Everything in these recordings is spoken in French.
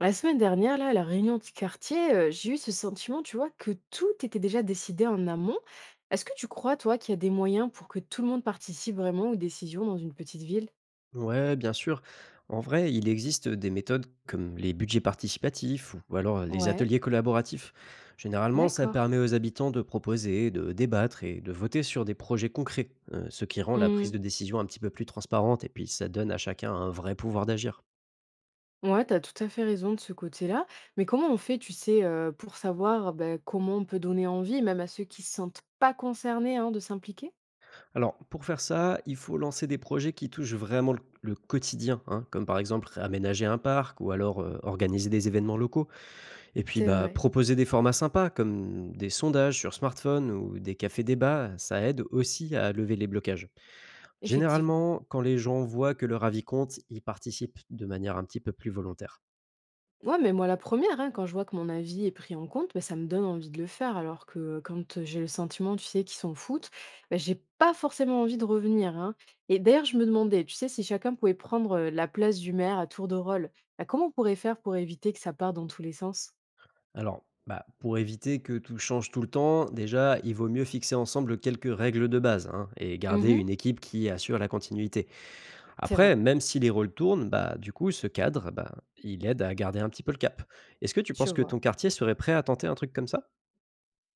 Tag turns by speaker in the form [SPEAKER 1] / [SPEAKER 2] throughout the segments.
[SPEAKER 1] La semaine dernière, là, à la réunion du quartier, j'ai eu ce sentiment, tu vois, que tout était déjà décidé en amont. Est-ce que tu crois, toi, qu'il y a des moyens pour que tout le monde participe vraiment aux décisions dans une petite ville?
[SPEAKER 2] Ouais, bien sûr. En vrai, il existe des méthodes comme les budgets participatifs ou alors les
[SPEAKER 1] Ouais,
[SPEAKER 2] ateliers collaboratifs. Généralement, ça
[SPEAKER 1] d'accord.
[SPEAKER 2] permet aux habitants de proposer, de débattre et de voter sur des projets concrets, ce qui rend la prise
[SPEAKER 1] Hmm.
[SPEAKER 2] de décision un petit peu plus transparente et puis ça donne à chacun un vrai pouvoir d'agir.
[SPEAKER 1] Ouais, t'as tout à fait raison de ce côté-là. Mais comment on fait, tu sais, pour savoir ben, comment on peut donner envie, même à ceux qui se sentent pas concernés, hein, de s'impliquer?
[SPEAKER 2] Alors, pour faire ça, il faut lancer des projets qui touchent vraiment le quotidien, hein, comme par exemple aménager un parc ou alors organiser des événements locaux. Et puis,
[SPEAKER 1] C'est
[SPEAKER 2] bah,
[SPEAKER 1] vrai,
[SPEAKER 2] proposer des formats sympas comme des sondages sur smartphone ou des cafés-débats, ça aide aussi à lever les blocages.
[SPEAKER 1] effectivement.
[SPEAKER 2] Généralement, quand les gens voient que leur avis compte, ils participent de manière un petit peu plus volontaire.
[SPEAKER 1] Ouais, mais moi la première, hein, quand je vois que mon avis est pris en compte, ben ça me donne envie de le faire. Alors que quand, j'ai le sentiment, tu sais, qu'ils s'en foutent, ben j'ai pas forcément envie de revenir, hein. Et d'ailleurs, je me demandais, tu sais, si chacun pouvait prendre, la place du maire à tour de rôle, bah, comment on pourrait faire pour éviter que ça parte dans tous les sens?
[SPEAKER 2] Alors, bah, pour éviter que tout change tout le temps, déjà, il vaut mieux fixer ensemble quelques règles de base, hein, et garder
[SPEAKER 1] Mmh.
[SPEAKER 2] une équipe qui assure la continuité.
[SPEAKER 1] C'est
[SPEAKER 2] Après,
[SPEAKER 1] vrai,
[SPEAKER 2] même si les rôles tournent, bah, du coup, ce cadre, bah, il aide à garder un petit peu le cap. Est-ce que tu
[SPEAKER 1] je
[SPEAKER 2] penses que
[SPEAKER 1] vois.
[SPEAKER 2] ton quartier serait prêt à tenter un truc comme ça?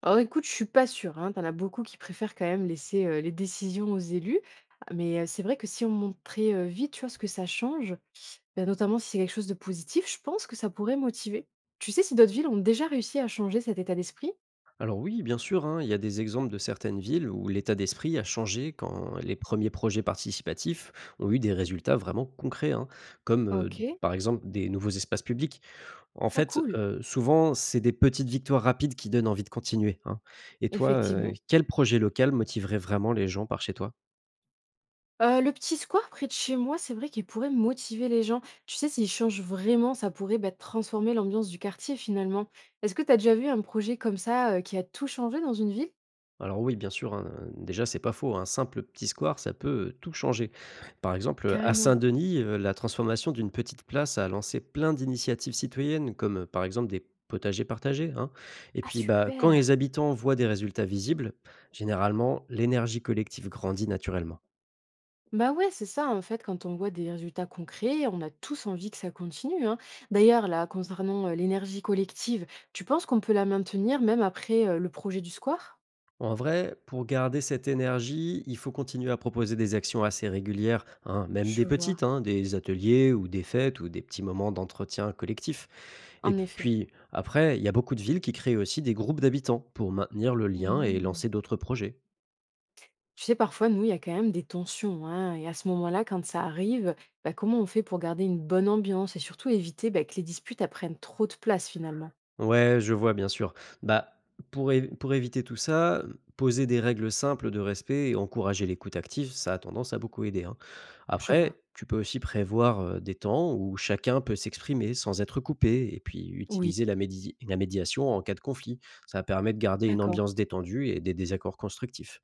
[SPEAKER 1] Alors écoute, je suis pas sûre, hein. Tu as beaucoup qui préfèrent quand même laisser, les décisions aux élus. Ah, mais, c'est vrai que si on montrait, vite, tu vois, ce que ça change, bah, notamment si c'est quelque chose de positif, je pense que ça pourrait motiver. Tu sais si d'autres villes ont déjà réussi à changer cet état d'esprit?
[SPEAKER 2] Alors oui, bien sûr, hein, il y a des exemples de certaines villes où l'état d'esprit a changé quand les premiers projets participatifs ont eu des résultats vraiment concrets, hein, comme
[SPEAKER 1] OK.
[SPEAKER 2] par exemple des nouveaux espaces publics. En
[SPEAKER 1] Ah
[SPEAKER 2] fait,
[SPEAKER 1] cool,
[SPEAKER 2] souvent, c'est des petites victoires rapides qui donnent envie de continuer, hein. Et toi,
[SPEAKER 1] effectivement.
[SPEAKER 2] quel projet local motiverait vraiment les gens par chez toi?
[SPEAKER 1] Le petit square près de chez moi, c'est vrai qu'il pourrait motiver les gens. Tu sais, s'ils changent vraiment, ça pourrait, bah, transformer l'ambiance du quartier finalement. Est-ce que tu as déjà vu un projet comme ça, qui a tout changé dans une ville?
[SPEAKER 2] Alors oui, bien sûr, hein, déjà, c'est pas faux, un simple petit square, ça peut, tout changer. Par exemple, à
[SPEAKER 1] Carrément.
[SPEAKER 2] Saint-Denis, la transformation d'une petite place a lancé plein d'initiatives citoyennes comme, par exemple, des potagers partagés, hein. Et
[SPEAKER 1] Ah
[SPEAKER 2] puis, bah, quand
[SPEAKER 1] super!
[SPEAKER 2] les habitants voient des résultats visibles, généralement, l'énergie collective grandit naturellement.
[SPEAKER 1] Bah ouais, c'est ça, en fait, quand on voit des résultats concrets, on a tous envie que ça continue, hein. D'ailleurs, là, concernant l'énergie collective, tu penses qu'on peut la maintenir même après le projet du square?
[SPEAKER 2] En vrai, pour garder cette énergie, il faut continuer à proposer des actions assez régulières, hein, même
[SPEAKER 1] Je
[SPEAKER 2] des
[SPEAKER 1] vois,
[SPEAKER 2] petites, hein, des ateliers ou des fêtes ou des petits moments d'entretien collectif. Et
[SPEAKER 1] en effet.
[SPEAKER 2] puis après, il y a beaucoup de villes qui créent aussi des groupes d'habitants pour maintenir le lien et
[SPEAKER 1] Mhm.
[SPEAKER 2] lancer d'autres projets.
[SPEAKER 1] Tu sais, parfois, nous, il y a quand même des tensions, hein, et à ce moment-là, quand ça arrive, bah, comment on fait pour garder une bonne ambiance et surtout éviter bah, que les disputes elles prennent trop de place finalement?
[SPEAKER 2] Ouais, je vois, bien sûr. Bah, pour, pour éviter tout ça, poser des règles simples de respect et encourager l'écoute active, ça a tendance à beaucoup aider, hein.
[SPEAKER 1] Je vois.
[SPEAKER 2] Après, tu peux aussi prévoir des temps où chacun peut s'exprimer sans être coupé et puis
[SPEAKER 1] Oui,
[SPEAKER 2] utiliser la médiation en cas de conflit. Ça permet de garder une
[SPEAKER 1] d'accord.
[SPEAKER 2] ambiance détendue et des désaccords constructifs.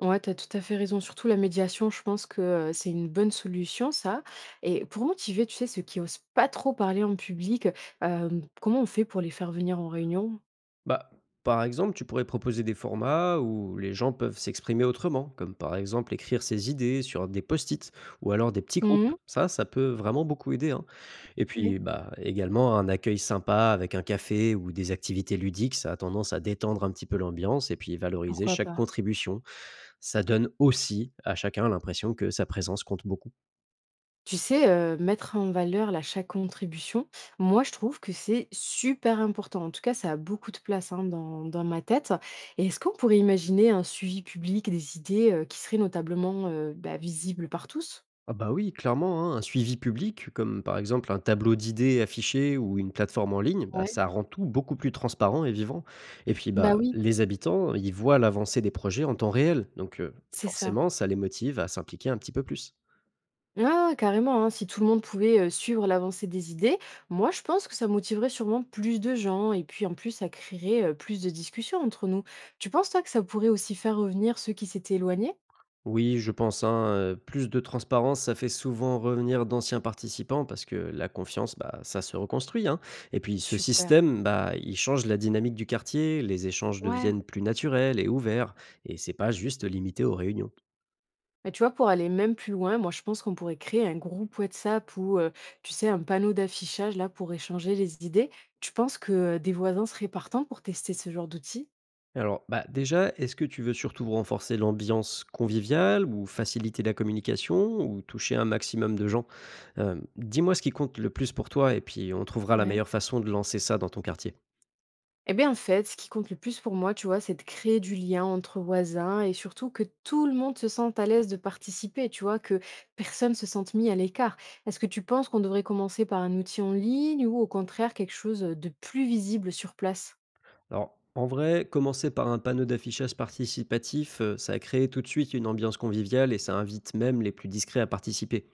[SPEAKER 1] Ouais, tu as tout à fait raison. Surtout la médiation, je pense que c'est une bonne solution, ça. Et pour motiver, tu sais, ceux qui osent pas trop parler en public, euh, comment on fait pour les faire venir en réunion?
[SPEAKER 2] Bah, par exemple, tu pourrais proposer des formats où les gens peuvent s'exprimer autrement, comme par exemple écrire ses idées sur des post-it ou alors des petits groupes.
[SPEAKER 1] Mhm.
[SPEAKER 2] Ça peut vraiment beaucoup aider, hein. Et
[SPEAKER 1] Ouais.
[SPEAKER 2] puis, bah, également, un accueil sympa avec un café ou des activités ludiques, ça a tendance à détendre un petit peu l'ambiance et puis valoriser
[SPEAKER 1] Pourquoi
[SPEAKER 2] chaque
[SPEAKER 1] pas?
[SPEAKER 2] contribution. Ça donne aussi à chacun l'impression que sa présence compte beaucoup.
[SPEAKER 1] Tu sais, mettre en valeur la chaque contribution, moi je trouve que c'est super important. En tout cas, ça a beaucoup de place hein, dans ma tête. Et est-ce qu'on pourrait imaginer un suivi public des idées qui seraient notablement bah, visibles par tous?
[SPEAKER 2] Ah bah oui, clairement, hein, un suivi public, comme par exemple un tableau d'idées affiché ou une plateforme en ligne, bah,
[SPEAKER 1] Ouais.
[SPEAKER 2] ça rend tout beaucoup plus transparent et vivant. Et puis
[SPEAKER 1] Bah
[SPEAKER 2] bah,
[SPEAKER 1] oui,
[SPEAKER 2] les habitants, ils voient l'avancée des projets en temps réel, donc
[SPEAKER 1] c'est ça.
[SPEAKER 2] forcément, ça les motive à s'impliquer un petit peu plus.
[SPEAKER 1] Ah ouais, ouais, carrément, hein, si tout le monde pouvait suivre l'avancée des idées, moi je pense que ça motiverait sûrement plus de gens et puis en plus ça créerait plus de discussions entre nous. Tu penses toi que ça pourrait aussi faire revenir ceux qui s'étaient éloignés?
[SPEAKER 2] Oui, je pense, hein, plus de transparence, ça fait souvent revenir d'anciens participants parce que la confiance, bah, ça se reconstruit, hein, et puis ce
[SPEAKER 1] Super.
[SPEAKER 2] système, bah, il change la dynamique du quartier, les échanges
[SPEAKER 1] Ouais.
[SPEAKER 2] deviennent plus naturels et ouverts, et c'est pas juste limité aux réunions.
[SPEAKER 1] Mais tu vois, pour aller même plus loin, moi je pense qu'on pourrait créer un groupe WhatsApp ou tu sais, un panneau d'affichage là pour échanger les idées. Tu penses que des voisins seraient partants pour tester ce genre d'outils?
[SPEAKER 2] Alors, bah, déjà, est-ce que tu veux surtout renforcer l'ambiance conviviale ou faciliter la communication ou toucher un maximum de gens? Dis-moi ce qui compte le plus pour toi et puis on trouvera la
[SPEAKER 1] Ouais.
[SPEAKER 2] meilleure façon de lancer ça dans ton quartier.
[SPEAKER 1] Eh bien, en fait, ce qui compte le plus pour moi, tu vois, c'est de créer du lien entre voisins et surtout que tout le monde se sente à l'aise de participer, tu vois, que personne se sente mis à l'écart. Est-ce que tu penses qu'on devrait commencer par un outil en ligne ou au contraire quelque chose de plus visible sur place?
[SPEAKER 2] Alors, en vrai, commencer par un panneau d'affichage participatif, ça crée tout de suite une ambiance conviviale et ça invite même les plus discrets à participer.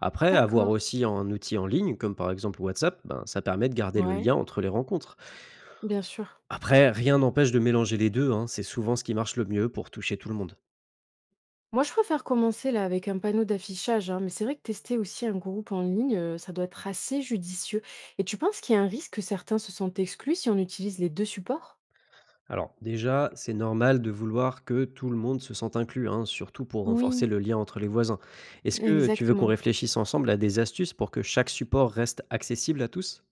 [SPEAKER 2] Après, avoir
[SPEAKER 1] D'accord.
[SPEAKER 2] aussi un outil en ligne, comme par exemple WhatsApp, ben, ça permet de garder le
[SPEAKER 1] Ouais,
[SPEAKER 2] lien entre les rencontres.
[SPEAKER 1] bien sûr.
[SPEAKER 2] Après, rien n'empêche de mélanger les deux, hein, c'est souvent ce qui marche le mieux pour toucher tout le monde.
[SPEAKER 1] Moi, je préfère commencer là avec un panneau d'affichage, hein, mais c'est vrai que tester aussi un groupe en ligne, ça doit être assez judicieux. Et tu penses qu'il y a un risque que certains se sentent exclus si on utilise les deux supports?
[SPEAKER 2] Alors, déjà, c'est normal de vouloir que tout le monde se sente inclus, hein, surtout pour renforcer
[SPEAKER 1] Oui,
[SPEAKER 2] le lien entre les voisins. Est-ce que tu veux qu'on
[SPEAKER 1] exactement.
[SPEAKER 2] réfléchisse ensemble à des astuces pour que chaque support reste accessible à tous?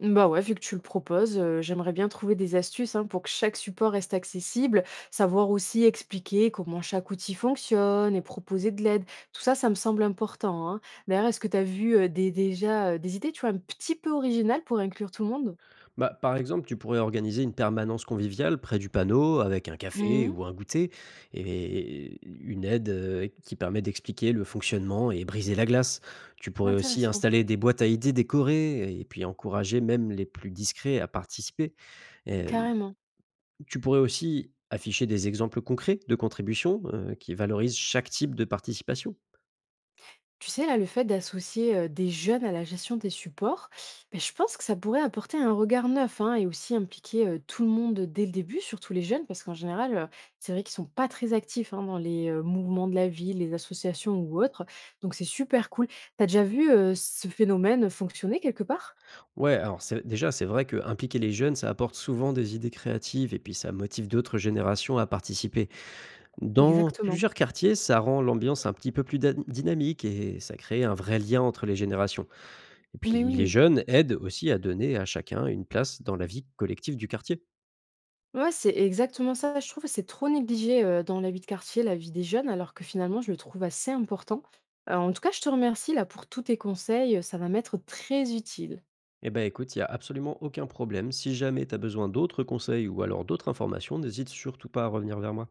[SPEAKER 1] Bah ouais, vu que tu le proposes, j'aimerais bien trouver des astuces, hein, pour que chaque support reste accessible, savoir aussi expliquer comment chaque outil fonctionne et proposer de l'aide. Tout ça, ça me semble important, hein. D'ailleurs, est-ce que tu as vu, des idées, tu vois, un petit peu originales pour inclure tout le monde?
[SPEAKER 2] Bah, par exemple, tu pourrais organiser une permanence conviviale près du panneau avec un café
[SPEAKER 1] Mmh.
[SPEAKER 2] ou un goûter et une aide qui permet d'expliquer le fonctionnement et briser la glace. Tu pourrais aussi
[SPEAKER 1] Intéressant,
[SPEAKER 2] installer des boîtes à idées décorées et puis encourager même les plus discrets à participer. Euh,
[SPEAKER 1] carrément.
[SPEAKER 2] Tu pourrais aussi afficher des exemples concrets de contributions qui valorisent chaque type de participation.
[SPEAKER 1] Tu sais, là, le fait d'associer des jeunes à la gestion des supports, ben, je pense que ça pourrait apporter un regard neuf hein, et aussi impliquer tout le monde dès le début, surtout les jeunes, parce qu'en général, c'est vrai qu'ils sont pas très actifs hein, dans les mouvements de la ville, les associations ou autres. Donc, c'est super cool. Tu as déjà vu ce phénomène fonctionner quelque part.
[SPEAKER 2] Déjà, c'est vrai que impliquer les jeunes, ça apporte souvent des idées créatives et puis ça motive d'autres générations à participer. Dans
[SPEAKER 1] Exactement.
[SPEAKER 2] plusieurs quartiers, ça rend l'ambiance un petit peu plus dynamique et ça crée un vrai lien entre les générations. Et puis
[SPEAKER 1] Mais
[SPEAKER 2] les
[SPEAKER 1] oui.
[SPEAKER 2] jeunes aident aussi à donner à chacun une place dans la vie collective du quartier.
[SPEAKER 1] Ouais, c'est exactement ça. Je trouve que c'est trop négligé, dans la vie de quartier, la vie des jeunes, alors que finalement, je le trouve assez important. En tout cas, je te remercie là pour tous tes conseils, ça va m'être très utile.
[SPEAKER 2] Eh ben écoute, il n'y a absolument aucun problème. Si jamais tu as besoin d'autres conseils ou alors d'autres informations, n'hésite surtout pas à revenir vers moi.